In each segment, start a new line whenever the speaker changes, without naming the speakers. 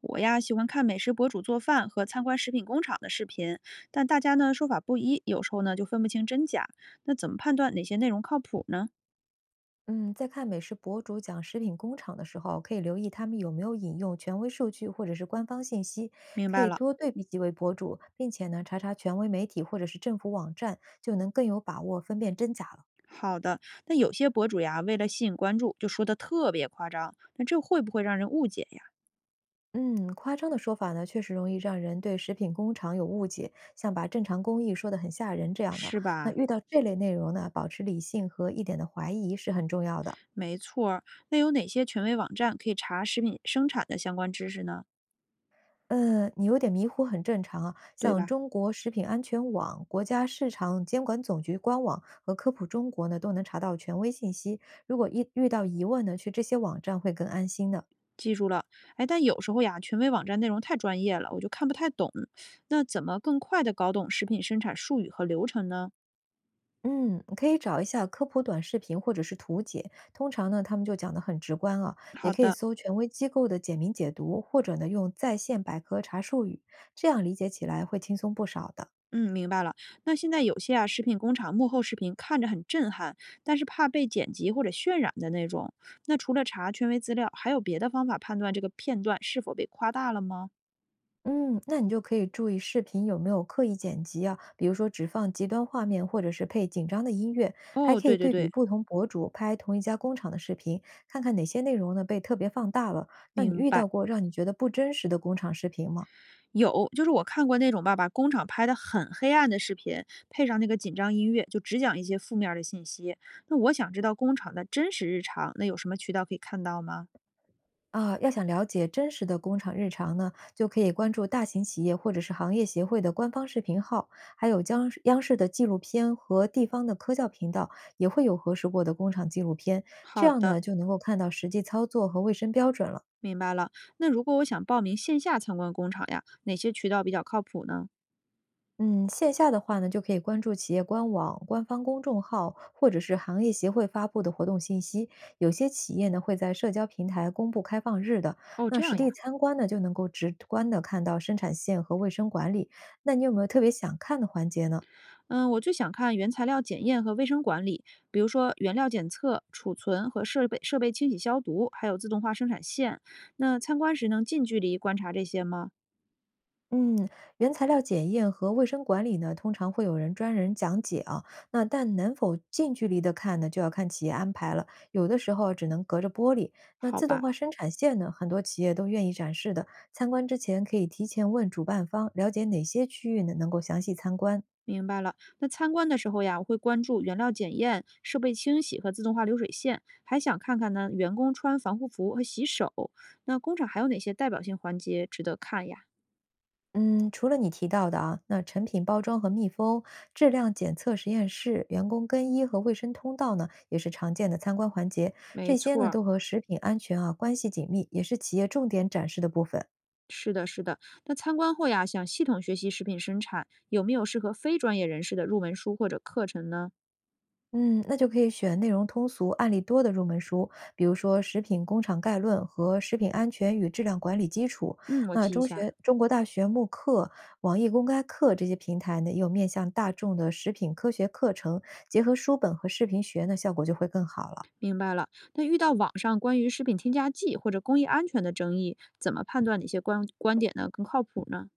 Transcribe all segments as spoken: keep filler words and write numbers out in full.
我呀，喜欢看美食博主做饭和参观食品工厂的视频，但大家呢说法不一，有时候呢就分不清真假。那怎么判断哪些内容靠谱呢？
嗯，在看美食博主讲食品工厂的时候，可以留意他们有没有引用权威数据或者是官方信息，
明
可
白
以
了，
多对比几位博主，并且呢查查权威媒体或者是政府网站，就能更有把握分辨真假了。
好的。那有些博主呀，为了吸引关注，就说的特别夸张，那这会不会让人误解呀？
嗯，夸张的说法呢，确实容易让人对食品工厂有误解，像把正常工艺说得很吓人这样的。
是
那
吧？
遇到这类内容呢，保持理性和一点的怀疑是很重要的。
没错儿。那有哪些权威网站可以查食品生产的相关知识呢？
呃，你有点迷糊很正常啊。
对
像
吧？
中国食品安全网、国家市场监管总局官网和科普中国呢，都能查到权威信息。如果一遇到疑问呢，去这些网站会更安心的。
记住了。哎，但有时候呀，权威网站内容太专业了，我就看不太懂。那怎么更快的搞懂食品生产术语和流程呢？
嗯，可以找一下科普短视频或者是图解，通常呢他们就讲得很直观啊。也
好
可以
的，
搜权威机构的简明解读，或者呢用在线百科查术语，这样理解起来会轻松不少的。
嗯，明白了。那现在有些啊，食品工厂幕后视频看着很震撼，但是怕被剪辑或者渲染的那种。那除了查权威资料，还有别的方法判断这个片段是否被夸大了吗？
嗯，那你就可以注意视频有没有刻意剪辑啊，比如说只放极端画面，或者是配紧张的音乐，还
哦，
可
对
以
对
对比
对，
不同博主拍同一家工厂的视频，看看哪些内容呢被特别放大了。那你
明
遇
白。
到过让你觉得不真实的工厂视频吗？
有，就是我看过那种吧，把工厂拍的很黑暗的视频，配上那个紧张音乐，就只讲一些负面儿的信息。那我想知道工厂的真实日常，那有什么渠道可以看到吗？
啊，要想了解真实的工厂日常呢，就可以关注大型企业或者是行业协会的官方视频号，还有央视央视的纪录片和地方的科教频道也会有核实过的工厂纪录片，这
好
样
的，
呢就能够看到实际操作和卫生标准了。
明白了。那如果我想报名线下参观工厂呀，哪些渠道比较靠谱呢？
嗯，线下的话呢，就可以关注企业官网、官方公众号，或者是行业协会发布的活动信息。有些企业呢会在社交平台公布开放日的，
哦，
那
这
实
样呀，
地参观呢就能够直观的看到生产线和卫生管理。那你有没有特别想看的环节呢？
嗯，我就想看原材料检验和卫生管理，比如说原料检测、储存和设备设备清洗消毒，还有自动化生产线。那参观时能近距离观察这些吗？
嗯，原材料检验和卫生管理呢，通常会有人专人讲解啊。那但能否近距离的看呢，就要看企业安排了。有的时候只能隔着玻璃。那
好
自动
吧，
化生产线呢，很多企业都愿意展示的。参观之前可以提前问主办方，了解哪些区域呢能够详细参观。
明白了。那参观的时候呀，我会关注原料检验、设备清洗和自动化流水线，还想看看呢员工穿防护服和洗手。那工厂还有哪些代表性环节值得看呀？
嗯，除了你提到的啊，那成品包装和密封、质量检测实验室、员工更衣和卫生通道呢，也是常见的参观环节。
没
这些
错
呢，
儿，
都和食品安全啊关系紧密，也是企业重点展示的部分。
是的，是的。那参观后呀，想系统学习食品生产，有没有适合非专业人士的入门书或者课程呢？
嗯，那就可以选内容通俗、案例多的入门书，比如说《食品工厂概论》和《食品安全与质量管理基础》。
嗯，我
那
记一
中
下，
学、中国大学慕课、网易公开课这些平台呢，也有面向大众的食品科学课程，结合书本和视频学呢，效果就会更好了。
明白了。那遇到网上关于食品添加剂或者工艺安全的争议，怎么判断哪些观观点呢更靠谱呢？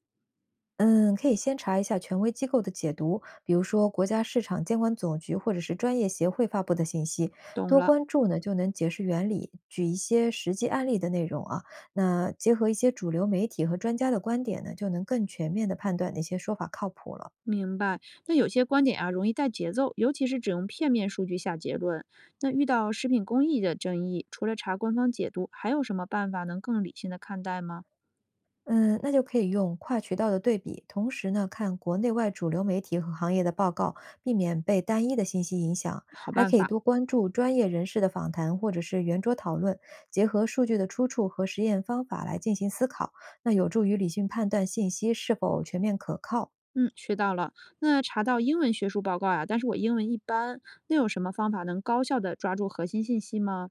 嗯，可以先查一下权威机构的解读，比如说国家市场监管总局或者是专业协会发布的信息，
懂
多
了，
关注呢就能解释原理，举一些实际案例的内容啊。那结合一些主流媒体和专家的观点呢，就能更全面的判断哪些说法靠谱了。
明白。那有些观点啊容易带节奏，尤其是只用片面数据下结论。那遇到食品工艺的争议，除了查官方解读，还有什么办法能更理性的看待吗？
嗯，那就可以用跨渠道的对比，同时呢看国内外主流媒体和行业的报告，避免被单一的信息影响。
好
还
办
可以
法，
多关注专业人士的访谈或者是圆桌讨论，结合数据的出处和实验方法来进行思考，那有助于理性判断信息是否全面可靠。
嗯，学到了。那查到英文学术报告呀，但是我英文一般，那有什么方法能高效的抓住核心信息吗？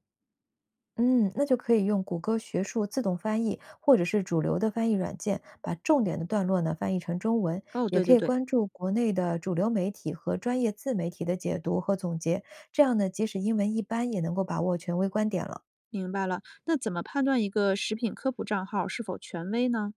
嗯，那就可以用谷歌学术自动翻译，或者是主流的翻译软件，把重点的段落呢翻译成中文。
哦，
也
对
可
对
以
对，
关注国内的主流媒体和专业自媒体的解读和总结，这样呢，即使英文一般，也能够把握权威观点了。
明白了。那怎么判断一个食品科普账号是否权威呢？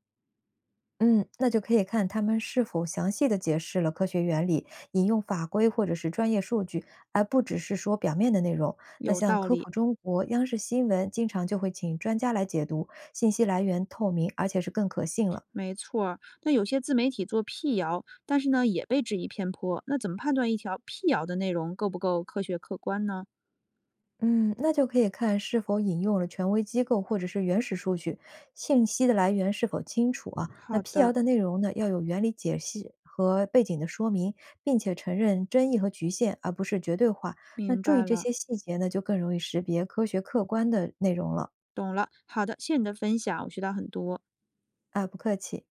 嗯，那就可以看他们是否详细的解释了科学原理，引用法规或者是专业数据，而不只是说表面的内容。那
有
像
道
科
理，
普中国、央视新闻，经常就会请专家来解读，信息来源透明，而且是更可信了。
没错儿。那有些自媒体做辟谣，但是呢也被质疑偏颇，那怎么判断一条辟谣的内容够不够科学客观呢？
嗯，那就可以看是否引用了权威机构或者是原始数据，信息的来源是否清楚啊？那
好
辟谣
的，
的内容呢，要有原理解析和背景的说明，并且承认争议和局限，而不是绝对化。那
明
注意
白
这
了，
些细节呢，就更容易识别科学客观的内容了。
懂了。好的，谢谢你的分享，我学到很多。
啊，不客气。